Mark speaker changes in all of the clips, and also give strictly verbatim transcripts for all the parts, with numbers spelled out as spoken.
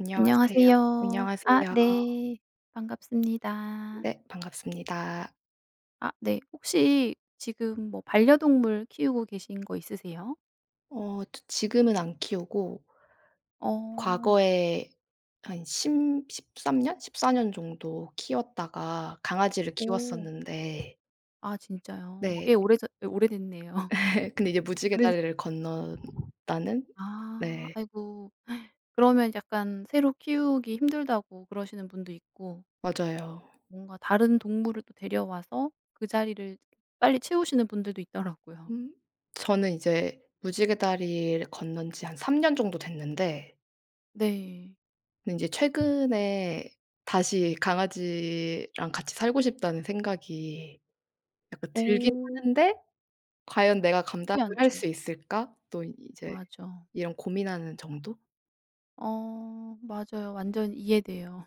Speaker 1: 안녕하세요.
Speaker 2: 안녕하세요. 아
Speaker 1: 안녕하세요.
Speaker 2: 네. 반갑습니다.
Speaker 1: 네, 반갑습니다.
Speaker 2: 아 네. 혹시 지금 뭐 반려동물 키우고 계신 거 있으세요?
Speaker 1: 어 저 지금은 안 키우고
Speaker 2: 어.
Speaker 1: 과거에 한 십 십삼 년, 십사 년 정도 키웠다가 강아지를
Speaker 2: 오.
Speaker 1: 키웠었는데.
Speaker 2: 아 진짜요?
Speaker 1: 네.
Speaker 2: 꽤 오래 오래됐네요.
Speaker 1: 근데 이제 무지개
Speaker 2: 근데,
Speaker 1: 다리를 건넜다는.
Speaker 2: 아
Speaker 1: 네,
Speaker 2: 아이고. 그러면 약간 새로 키우기 힘들다고 그러시는 분도 있고
Speaker 1: 맞아요.
Speaker 2: 뭔가 다른 동물을 또 데려와서 그 자리를 빨리 채우시는 분들도 있더라고요.
Speaker 1: 음, 저는 이제 무지개 다리를 건넌 지 한 삼 년 정도 됐는데,
Speaker 2: 네.
Speaker 1: 근데 제 최근에 다시 강아지랑 같이 살고 싶다는 생각이 약간 들긴
Speaker 2: 오,
Speaker 1: 하는데 '과연 내가
Speaker 2: 쉽지
Speaker 1: 감당을 할 수
Speaker 2: 않죠.
Speaker 1: 있을까?' 또 이제
Speaker 2: 맞아.
Speaker 1: 이런 고민하는 정도?
Speaker 2: 어 맞아요. 완전 이해돼요.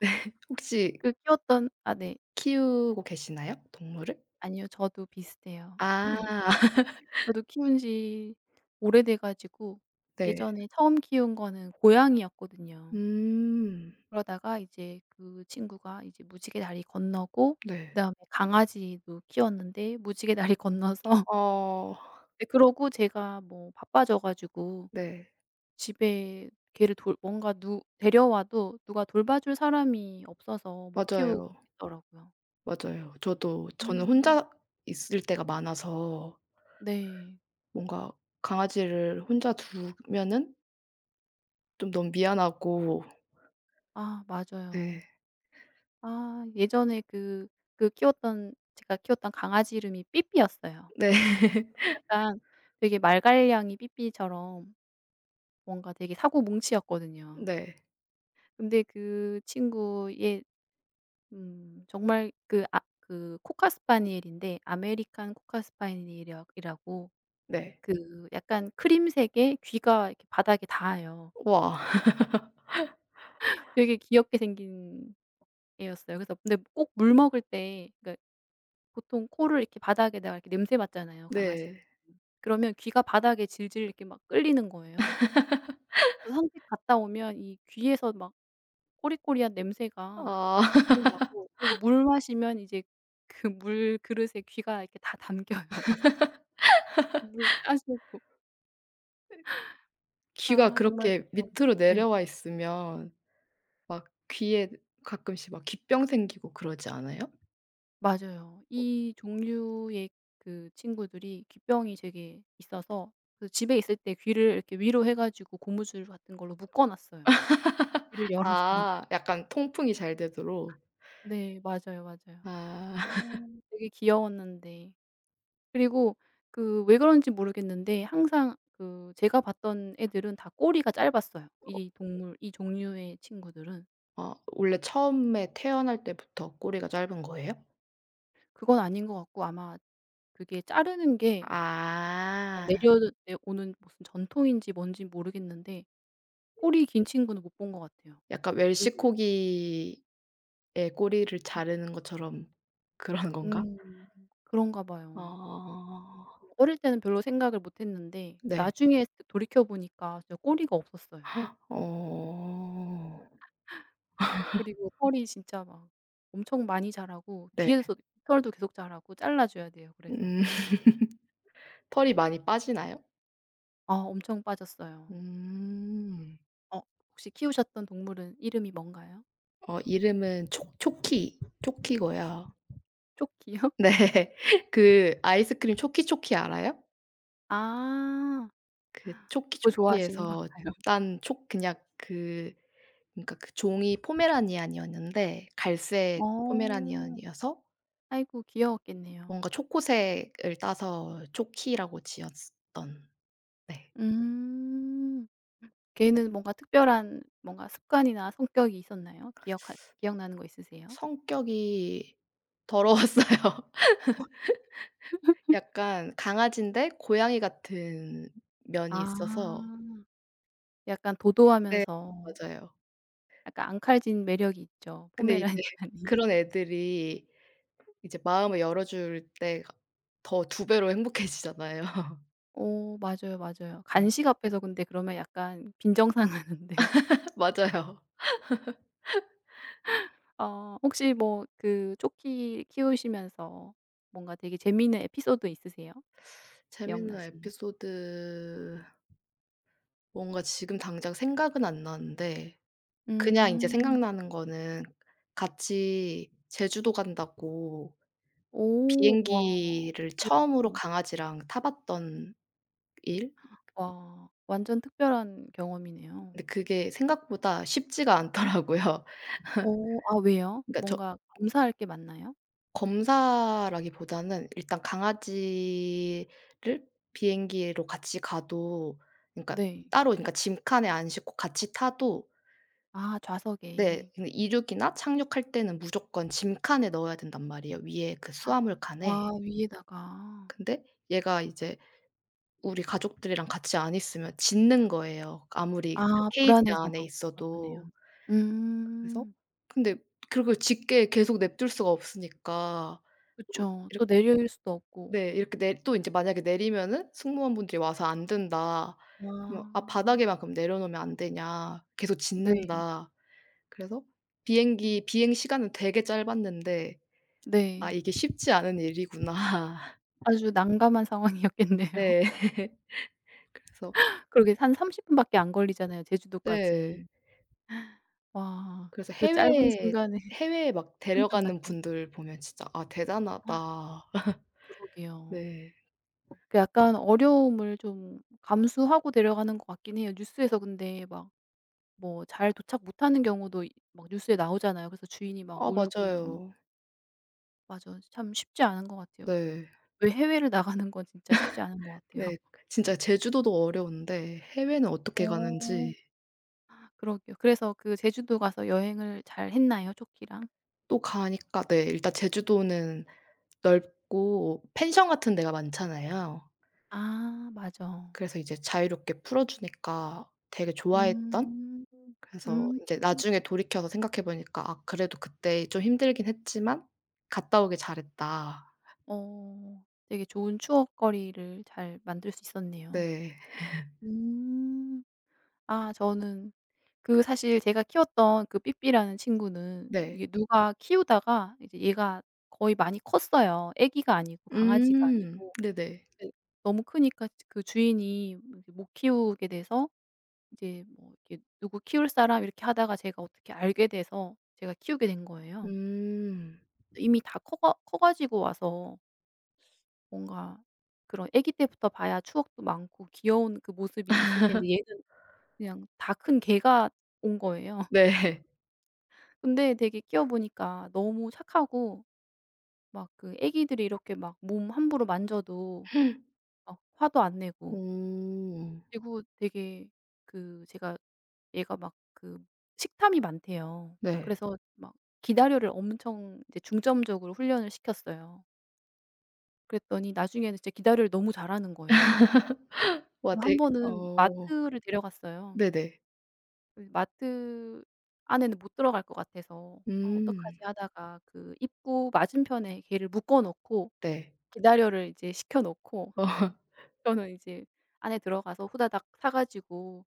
Speaker 1: 혹시
Speaker 2: 그 키웠던 아 네.
Speaker 1: 키우고 계시나요? 동물을?
Speaker 2: 아니요. 저도 비슷해요.
Speaker 1: 아,
Speaker 2: 저도 키운 지 오래돼 가지고
Speaker 1: 네.
Speaker 2: 예전에 처음 키운 거는 고양이였거든요.
Speaker 1: 음.
Speaker 2: 그러다가 이제 그 친구가 이제 무지개 다리 건너고
Speaker 1: 네.
Speaker 2: 그다음에 강아지도 키웠는데 무지개 다리 건너서
Speaker 1: 어.
Speaker 2: 네, 그러고 제가 뭐 바빠져 가지고
Speaker 1: 네.
Speaker 2: 집에 걔를 돌 뭔가 누 데려와도 누가 돌봐 줄 사람이 없어서 못 키우고
Speaker 1: 맞아요.
Speaker 2: 있더라고요.
Speaker 1: 맞아요. 저도 저는
Speaker 2: 음.
Speaker 1: 혼자 있을 때가 많아서
Speaker 2: 네.
Speaker 1: 뭔가 강아지를 혼자 두면은 좀 너무 미안하고.
Speaker 2: 아 맞아요.
Speaker 1: 네.
Speaker 2: 아 예전에 그 그 키웠던 제가 키웠던 강아지 이름이 삐삐였어요.
Speaker 1: 네.
Speaker 2: 약간 되게 말갈량이 삐삐처럼 뭔가 되게 사고뭉치였거든요.
Speaker 1: 네.
Speaker 2: 근데 그 친구 얘 음 정말 그 아 그 코카스파니엘인데 아메리칸 코카스파니엘이라 고
Speaker 1: 네.
Speaker 2: 그 약간 크림색의 귀가 이렇게 바닥에 닿아요.
Speaker 1: 우와.
Speaker 2: 되게 귀엽게 생긴 애였어요. 그래서 근데 꼭 물 먹을 때 그러니까 보통 코를 이렇게 바닥에다가 이렇게 냄새 맡잖아요, 강아지들이.
Speaker 1: 네.
Speaker 2: 그러면 귀가 바닥에 질질 이렇게 막 끌리는 거예요. 그래서 산책 갔다 오면 이 귀에서 막 꼬리꼬리한 냄새가
Speaker 1: 아.
Speaker 2: 엄청 나고, 그리고 물 마시면 이제 그 물 그릇에 귀가 이렇게 다 담겨요 막. 물 짜시고.
Speaker 1: 귀가
Speaker 2: 아 정말
Speaker 1: 그렇게
Speaker 2: 귀여운
Speaker 1: 밑으로
Speaker 2: 네
Speaker 1: 내려와 있으면 막 귀에 가끔씩 막 귀병 생기고 그러지 않아요?
Speaker 2: 맞아요. 이 종류의 그 친구들이 귀병이 되게 있어서 그 집에 있을 때 귀를 이렇게 위로 해 가지고 고무줄 같은 걸로 묶어 놨어요. 귀를 열어서.
Speaker 1: 아, 약간 통풍이 잘 되도록.
Speaker 2: 네. 맞아요, 맞아요.
Speaker 1: 아.
Speaker 2: 어. 되게 귀여웠는데. 그리고 그 왜 그런지 모르겠는데 항상 그 제가 봤던 애들은 다 꼬리가 짧았어요. 이 동물 이 종류의 친구들은.
Speaker 1: 어, 원래 처음에 태어날 때부터 꼬리가 짧은 거예요?
Speaker 2: 그건 아닌 것 같고 아마 그게 자르는 게 약간
Speaker 1: 아.
Speaker 2: 내려 오는 무슨 전통인지 뭔지 모르겠는데 꼬리 긴 친구는 못 본 것 같아요.
Speaker 1: 약간
Speaker 2: 왜 그러지?
Speaker 1: 웰시코기의 꼬리를 자르는 것처럼 그런 건가?
Speaker 2: 음. 그런가 봐요.
Speaker 1: 어.
Speaker 2: 어릴 때는 별로 생각을 못 했는데
Speaker 1: 네.
Speaker 2: 나중에 돌이켜 보니까 진짜 꼬리가 없었어요.
Speaker 1: 어.
Speaker 2: 그리고 털이 진짜 막 엄청 많이 자라고
Speaker 1: 네.
Speaker 2: 귀에서 털도 계속 자라고 잘라 줘야 돼요, 그래서.
Speaker 1: 음. 털이 많이 빠지나요?
Speaker 2: 아 엄청 빠졌어요.
Speaker 1: 음.
Speaker 2: 어 혹시 키우셨던 동물은 이름이 뭔가요?
Speaker 1: 어, 이름은 초 초키, 초키고요.
Speaker 2: 초키요?
Speaker 1: 네. 그 아이스크림 초키초키 알아요?
Speaker 2: 아
Speaker 1: 그
Speaker 2: 그거 좋아하시는가
Speaker 1: 초키초키에서
Speaker 2: 봐요.
Speaker 1: 딴 초, 그냥, 그 그러니까 그 종이 포메라니안이었는데 갈색
Speaker 2: 어.
Speaker 1: 포메라니안이어서
Speaker 2: 아이고 귀여웠겠네요.
Speaker 1: 뭔가 초코색을 따서 초키라고 지었던. 네.
Speaker 2: 음. 걔는 뭔가 특별한 뭔가 습관이나 성격이 있었나요? 기억하 기억나는 거 있으세요?
Speaker 1: 성격이 더러웠어요. 약간 강아지인데 고양이 같은 면이 있어서.
Speaker 2: 아. 약간
Speaker 1: 네,
Speaker 2: 도도하면서
Speaker 1: 맞아요.
Speaker 2: 약간 앙칼진 매력이 있죠,
Speaker 1: 근데 이제
Speaker 2: 포메라니안이.
Speaker 1: 그런 애들이 이제 마음을 열어줄 때 더 두 배로 행복해지잖아요.
Speaker 2: 어 맞아요, 맞아요.
Speaker 1: 네.
Speaker 2: 간식 앞에서 근데 그러면 약간 빈정상하는데
Speaker 1: 맞아요.
Speaker 2: 어 혹시 뭐 그 초키 키우시면서 뭔가 되게 재미있는 에피소드 있으세요?
Speaker 1: 재밌는
Speaker 2: 기억나시는?
Speaker 1: 에피소드, 뭔가 지금 당장 생각은 안 나는데 그냥 인제
Speaker 2: 음.
Speaker 1: 생각나는 거는 같이 제주도 간다고
Speaker 2: 오 와.
Speaker 1: 비행기를
Speaker 2: 예.
Speaker 1: 처음으로
Speaker 2: 음.
Speaker 1: 강아지랑 타 봤던 일?
Speaker 2: 와 완전 특별한 경험이네요.
Speaker 1: 근데 그게 생각보다 쉽지가 않더라고요.
Speaker 2: 어 아 왜요?
Speaker 1: 그러니까 저
Speaker 2: 뭔가 검사할 게 많나요?
Speaker 1: 검사라기보다는 일단 강아지를 비행기로 같이 가도, 그러니까
Speaker 2: 네.
Speaker 1: 따로, 그러니까 짐칸에 안 싣고 같이 타도.
Speaker 2: 아
Speaker 1: 네.
Speaker 2: 좌석에.
Speaker 1: 근데 이륙이나 착륙할 때는 무조건 짐칸에 넣어야 된단 말이에요, 위에 그 수화물 칸에.
Speaker 2: 아 위에다가.
Speaker 1: 근데 얘가 이제 우리 가족들이랑 같이 안 있으면 짖는 거예요, 아무리 그
Speaker 2: 아
Speaker 1: 케이지
Speaker 2: 불안해서
Speaker 1: 안에
Speaker 2: 그렇
Speaker 1: 있어도.
Speaker 2: 그렇겠네요.
Speaker 1: 그래서,
Speaker 2: 음.
Speaker 1: 근데 그걸 짖게 계속 냅둘 수가 없으니까 어
Speaker 2: 그쵸.
Speaker 1: 이렇
Speaker 2: 또 내릴 수도 없고.
Speaker 1: 네. 이렇게 내, 또 인제 만약에 내리면은 승무원분들이 와서 "안 된다." 그러면 "아,
Speaker 2: 아
Speaker 1: 바닥에만 그럼 내려놓으면 안 되냐. 계속
Speaker 2: 네.
Speaker 1: 짖는다." 그래서 비행기 비행 시간은 되게 짧았는데 '아,
Speaker 2: 네.
Speaker 1: 이게 쉽지 않은 일이구나.'
Speaker 2: 아주 난감한 상황이었겠네요.
Speaker 1: 네. 그래서.
Speaker 2: 그러게 한 삼십 분밖에 안 걸리잖아요,
Speaker 1: 네.
Speaker 2: 제주도까지. 와
Speaker 1: 그래서
Speaker 2: 그 짧은
Speaker 1: 해외에
Speaker 2: 순간에
Speaker 1: 해외에 막
Speaker 2: 식은땀
Speaker 1: 데려가는
Speaker 2: 났겠네.
Speaker 1: 분들 보면 진짜 '아, 대단하다.'
Speaker 2: 그러게요.
Speaker 1: 네.
Speaker 2: 그 약간 어려움을 좀 감수하고 내려가는 것 같긴 해요. 뉴스에서 근데 막 뭐 잘 도착 못하는 경우도 이 막 뉴스에 나오잖아요. 그래서 주인이 막
Speaker 1: 아,
Speaker 2: 울고
Speaker 1: 맞아요.
Speaker 2: 맞아. 참 쉽지 않은 것 같아요.
Speaker 1: 네.
Speaker 2: 왜 해외를 나가는 건 진짜 쉽지 않은 것 같아요.
Speaker 1: 네. 진짜 제주도도 어려운데 해외는 어떻게
Speaker 2: 어.
Speaker 1: 가는지.
Speaker 2: 그러게요. 그래서 그 제주도 가서 여행을 잘 했나요? 조끼랑?
Speaker 1: 또 가니까, 네, 일단 제주도는 넓고 펜션 같은 데가 많잖아요.
Speaker 2: 아 맞아.
Speaker 1: 그래서 이제 자유롭게 풀어 주니까 되게 좋아했던.
Speaker 2: 음.
Speaker 1: 그래서
Speaker 2: 음.
Speaker 1: 인제 나중에 돌이켜서 생각해 보니까 '아, 그래도 그때 좀 힘들긴 했지만 갔다 오길 잘했다.'
Speaker 2: 어. 되게 좋은 추억거리를 잘 만들 수 있었네요.
Speaker 1: 네.
Speaker 2: 음. 아 저는 그 사실 제가 키웠던 그 삐삐라는 친구는
Speaker 1: 네.
Speaker 2: 이게 누가 키우다가 이제 얘가 거의 많이 컸어요. 애기가 아니고 강아지가
Speaker 1: 음.
Speaker 2: 아니고.
Speaker 1: 네네.
Speaker 2: 네. 너무 크니까 그 주인이 이제 못 키우게 돼서 이제 뭐 이렇게 누구 키울 사람 이렇게 하다가 제가 어떻게 알게 돼서 제가 키우게 된 거예요.
Speaker 1: 음.
Speaker 2: 이미 다 커가 커 가지고 와서 뭔가 그런 아기 때부터 봐야 추억도 많고 귀여운 그 모습이 있을 텐데 얘는 그냥 다 큰 개가 온 거예요.
Speaker 1: 네.
Speaker 2: 근데 되게 키워 보니까 너무 착하고 막 그 아기들이 이렇게 막 몸 함부로 만져도 막 화도 안 내고,
Speaker 1: 오.
Speaker 2: 그리고 되게 그 제가 얘가 막 그 식탐이 많대요.
Speaker 1: 네.
Speaker 2: 그래서 막 기다려를 엄청 이제 중점적으로 훈련을 시켰어요. 그랬더니 나중에는 진짜 기다려를 너무 잘하는 거예요.
Speaker 1: 와,
Speaker 2: 한
Speaker 1: 되게.
Speaker 2: 번은
Speaker 1: 어.
Speaker 2: 마트를 데려갔어요.
Speaker 1: 네네.
Speaker 2: 그 마트 안에는 못 들어갈 것 같아서 '아 어떡하지?'
Speaker 1: 음.
Speaker 2: 하다가 그 입구 맞은편에 걔를 묶어 놓고
Speaker 1: 네.
Speaker 2: 기다려를 이제 시켜 놓고
Speaker 1: 어.
Speaker 2: 저는 이제 안에 들어가서 후다닥 사 가지고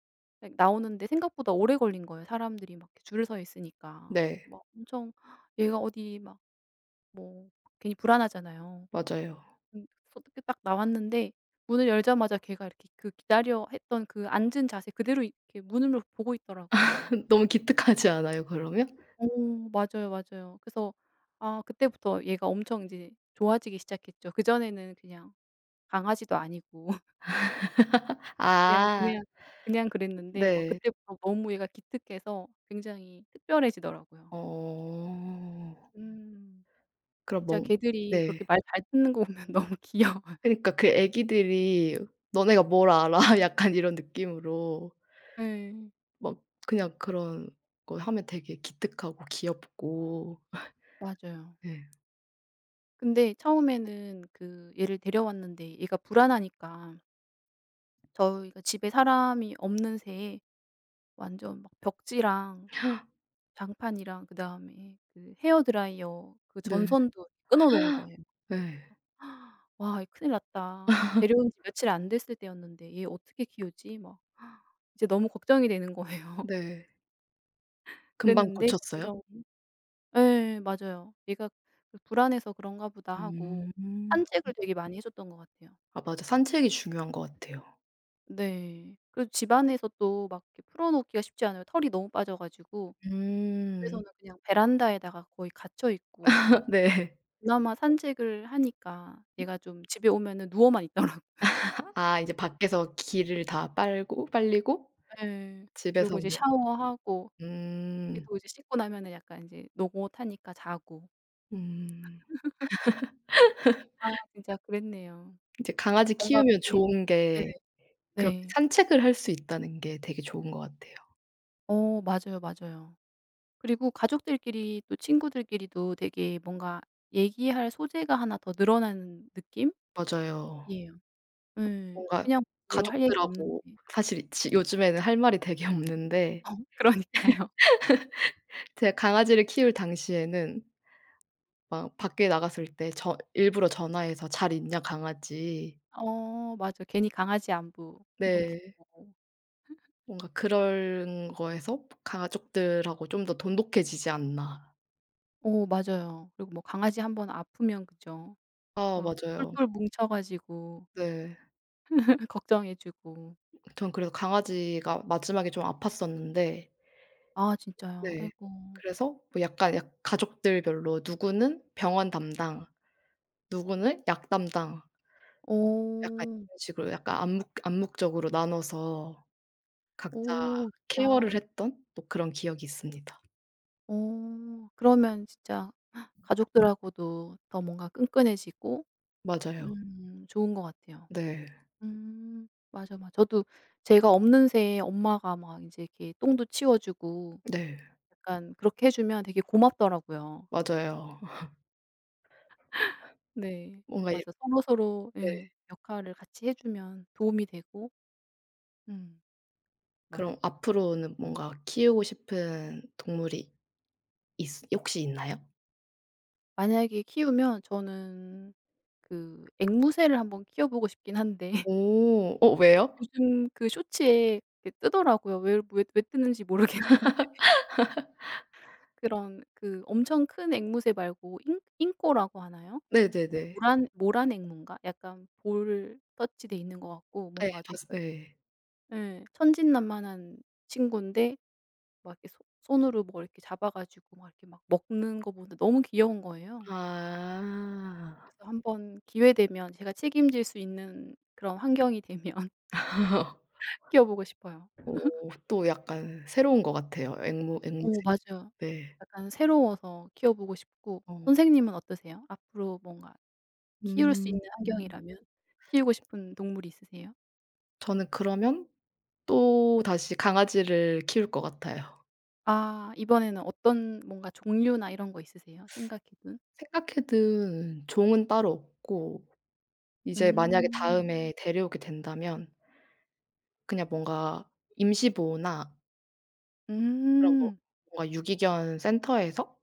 Speaker 2: 막 나오는데 생각보다 오래 걸린 거예요. 사람들이 막 이렇게 줄을 서 있으니까.
Speaker 1: 네.
Speaker 2: 막 엄청 얘가 어디 막 뭐 괜히 불안하잖아요.
Speaker 1: 맞아요.
Speaker 2: 음 어떻게 딱 나왔는데 문을 열자마자 걔가 이렇게 그 기다려 했던 그 앉은 자세 그대로 이렇게 문을 보고 있더라고요.
Speaker 1: 너무 기특하지 않아요 그러면?
Speaker 2: 어 맞아요, 맞아요. 그래서 아 그때부터 얘가 엄청 이제 좋아지기 시작했죠. 그전에는 그냥 강아지도 아니고 그냥,
Speaker 1: 아.
Speaker 2: 그냥, 그냥 그랬는데 막
Speaker 1: 네.
Speaker 2: 그때부터 너무 얘가 기특해서 굉장히 특별해지더라고요.
Speaker 1: 어.
Speaker 2: 음.
Speaker 1: 그럼
Speaker 2: 진짜
Speaker 1: 뭔
Speaker 2: 개들이 그렇게
Speaker 1: 네.
Speaker 2: 말 잘 듣는 거 보면 너무 귀여워요.
Speaker 1: 그니까 그 애기들이 '너네가 뭘 알아?' 약간 이런 느낌으로
Speaker 2: 예.
Speaker 1: 막 그냥 그런 거 하면 되게 기특하고 귀엽고.
Speaker 2: 맞아요.
Speaker 1: 예.
Speaker 2: 근데 처음에는 그 얘를 데려왔는데 얘가 불안하니까 저희가 집에 사람이 없는 새에 완전 막 벽지랑 장판이랑 그다음에 그 헤어 드라이어 그
Speaker 1: 네.
Speaker 2: 전선도 끊어 놓은 거예요.
Speaker 1: 예.
Speaker 2: 와 이 큰일 났다. 데려온 지 며칠 안 됐을 때였는데 '얘 어떻게 키우지?' 막 이제 너무 걱정이 되는 거예요.
Speaker 1: 네. 금방
Speaker 2: 그랬는데
Speaker 1: 고쳤어요?
Speaker 2: 점점 예 맞아요. '얘가 그 불안해서 그런가 보다.' 하고
Speaker 1: 음.
Speaker 2: 산책을 되게 많이 해 줬던 것 같아요.
Speaker 1: 아, 맞아. 산책이 중요한 것 같아요.
Speaker 2: 네. 그리고 집 안에서 또 막 이렇게 풀어 놓기가 쉽지 않아요. 털이 너무 빠져 가지고
Speaker 1: 음.
Speaker 2: 집에서는 그냥 베란다에다가 거의 갇혀 있고
Speaker 1: 네.
Speaker 2: 그나마 산책을 하니까 얘가 좀 집에 오면은 누워만 있더라고요.
Speaker 1: 아, 이제 밖에서 기를 다 빨고 빨리고
Speaker 2: 예.
Speaker 1: 집에서
Speaker 2: 그리고 이제
Speaker 1: 는
Speaker 2: 샤워하고
Speaker 1: 음.
Speaker 2: 그래도 이제 씻고 나면은 약간 인제 노곤하니까 자고.
Speaker 1: 음.
Speaker 2: 아 진짜 그랬네요.
Speaker 1: 이제 강아지
Speaker 2: 뭔가
Speaker 1: 키우면
Speaker 2: 그때
Speaker 1: 좋은
Speaker 2: 네네.
Speaker 1: 게 그렇게
Speaker 2: 네.
Speaker 1: 산책을 할 수 있다는 게 되게 좋은 것 같아요.
Speaker 2: 어 맞아요, 맞아요. 그리고 가족들끼리 또 친구들끼리도 되게 뭔가 얘기할 소재가 하나 더 늘어나는 느낌이에요.
Speaker 1: 맞아요.
Speaker 2: 예.
Speaker 1: 뭔가
Speaker 2: 그냥 별로 할 얘기 없는데.
Speaker 1: 가족들하고, 사실 지 요즘에는 할 말이 되게 없는데
Speaker 2: 어 그러니까요.
Speaker 1: 제가 강아지를 키울 당시에는 막 밖에 나갔을 때 저 일부러 전화해서 "잘 있냐 강아지."
Speaker 2: 어 맞아. 괜히 강아지 안부 한번
Speaker 1: 네.
Speaker 2: 묻고.
Speaker 1: 뭔가 그런 거에서 '가족들하고 좀 더 돈독해지지 않나.'
Speaker 2: 어 맞아요. 그리고 뭐 강아지 한번 아프면 그죠.
Speaker 1: 아,
Speaker 2: 막
Speaker 1: 맞아요.
Speaker 2: 똘똘 뭉쳐 가지고
Speaker 1: 네.
Speaker 2: 걱정해 주고.
Speaker 1: 전 그래서 강아지가 마지막에 좀 아팠었는데.
Speaker 2: 아 진짜요?
Speaker 1: 네.
Speaker 2: 아이고.
Speaker 1: 그래서 뭐 약간 약, 가족들별로 누구는 병원 담당, 누구는 약 담당, 약간
Speaker 2: 오
Speaker 1: 이런 식으로 약간 암묵 암묵적으로 나눠서 각자
Speaker 2: 오 좋다.
Speaker 1: 케어를 했던 또 그런 기억이 있습니다.
Speaker 2: 오 그러면 진짜 가족들하고도 더 뭔가 끈끈해지고
Speaker 1: 맞아요.
Speaker 2: 음 좋은 것 같아요.
Speaker 1: 네.
Speaker 2: 음. 맞아, 맞아. 저도 제가 없는 새에 엄마가 막 이제 이렇게 똥도 치워 주고
Speaker 1: 네.
Speaker 2: 약간 그렇게 해 주면 되게 고맙더라고요.
Speaker 1: 맞아요.
Speaker 2: 네.
Speaker 1: 뭔가 이.
Speaker 2: 맞아. 서로서로
Speaker 1: 네.
Speaker 2: 예 역할을 같이 해 주면 도움이 되고. 음 맞아.
Speaker 1: 그럼 앞으로는 뭔가 키우고 싶은 동물이 있 혹시 있나요?
Speaker 2: 만약에 키우면 저는 그 앵무새를 한번 키워 보고 싶긴 한데
Speaker 1: 오. 어, 왜요?
Speaker 2: 요즘 그 쇼츠에 이렇게 뜨더라고요. 왜 왜 왜 뜨는지 모르겠는 그런 그 엄청 큰 앵무새 말고 잉 잉꼬라고 하나요? 아니
Speaker 1: 네네네.
Speaker 2: 모란 모란 앵무인가? 약간 볼 터치돼 있는 것 같고
Speaker 1: 예.
Speaker 2: 뭔가 되게
Speaker 1: 봤어, 예.
Speaker 2: 예. 천진난만한 친구인데 막 이렇게 손 손으로 뭐 이렇게 잡아 가지고 막 이렇게 막 먹는 거 보는데 너무 귀여운 거예요.
Speaker 1: 아.
Speaker 2: 그래서 한번 기회 되면 제가 책임질 수 있는 그런 환경이 되면 키워 보고 싶어요.
Speaker 1: 오, 또 약간 새로운 것 같아요. 앵무 앵무새.
Speaker 2: 어 맞아요.
Speaker 1: 네.
Speaker 2: 약간 새로워서 키워보고 싶고
Speaker 1: 어.
Speaker 2: 선생님은 어떠세요? 앞으로 뭔가 키울 수
Speaker 1: 음.
Speaker 2: 있는
Speaker 1: 음.
Speaker 2: 환경이라면 키우고 싶은 동물이 있으세요?
Speaker 1: 저는 그러면 또다시 강아지를 키울 것 같아요.
Speaker 2: 아 이번에는 어떤 뭔가 종류나 이런 거 있으세요? 생각해 둔?
Speaker 1: 생각해 둔 종은 따로 없고, 이제 만약에
Speaker 2: 음.
Speaker 1: 다음에 데려오게 된다면 그냥 뭔가 임시보호나 그런 뭐,
Speaker 2: 음.
Speaker 1: 뭔가 유기견 센터에서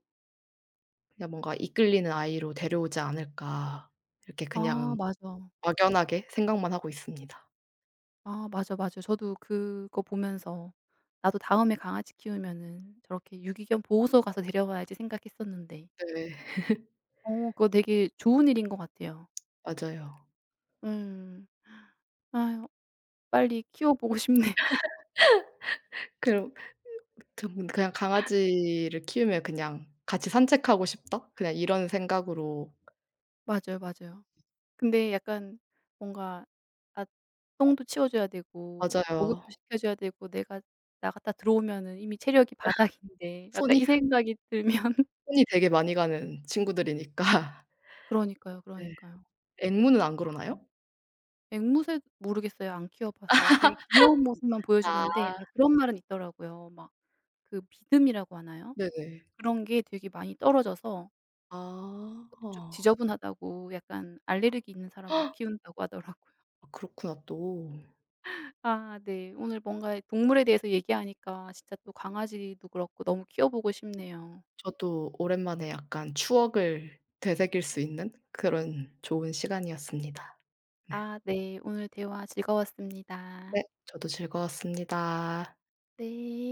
Speaker 1: 그냥 뭔가 이끌리는 아이로 데려오지 않을까. 이렇게
Speaker 2: 아
Speaker 1: 그냥
Speaker 2: 맞아.
Speaker 1: 막연하게 생각만 하고 있습니다.
Speaker 2: 아 맞아, 맞아. 저도 그거 보면서 '나도 다음에 강아지 키우면은 저렇게 유기견 보호소 가서 데려와야지.' 생각했었는데
Speaker 1: 네.
Speaker 2: 어 그거 되게 좋은 일인 것 같아요.
Speaker 1: 맞아요.
Speaker 2: 음. 아유 빨리 키워보고 싶네요.
Speaker 1: 그럼 전 그냥 '강아지를 키우면 그냥 같이 산책하고 싶다.' 그냥 이런 생각으로.
Speaker 2: 맞아요, 맞아요. 근데 약간 뭔가 아 똥도 치워 줘야 되고 목욕도
Speaker 1: 맞아요.
Speaker 2: 시켜 줘야 되고 내가 나갔다 들어오면은 이미 체력이 바닥인데 약간
Speaker 1: 손이
Speaker 2: 이 생각이 들면
Speaker 1: 손이 되게 많이 가는 친구들이니까.
Speaker 2: 그러니까요,
Speaker 1: 네.
Speaker 2: 그러니까요.
Speaker 1: 앵무는 안 그러나요?
Speaker 2: 앵무새 모르겠어요. 안 키워 봐서. 되게 귀여운 모습만
Speaker 1: 아.
Speaker 2: 보여주는데 아 그런 말은 있더라고요. 막 그 믿음이라고 하나요?
Speaker 1: 네네.
Speaker 2: 그런 게 되게 많이 떨어져서 좀
Speaker 1: 아.
Speaker 2: 지저분하다고 약간 알레르기 있는 사람 못 키운다고 하더라고요.
Speaker 1: 아, 그렇구나 또.
Speaker 2: 아 네. 오늘 뭔가 동물에 대해서 얘기하니까 진짜 또 강아지도 그렇고 너무 키워보고 싶네요.
Speaker 1: 저도 오랜만에 약간 추억을 되새길 수 있는 그런 좋은 시간이었습니다. 네.
Speaker 2: 아 네. 오늘 대화 즐거웠습니다.
Speaker 1: 네. 저도 즐거웠습니다.
Speaker 2: 네.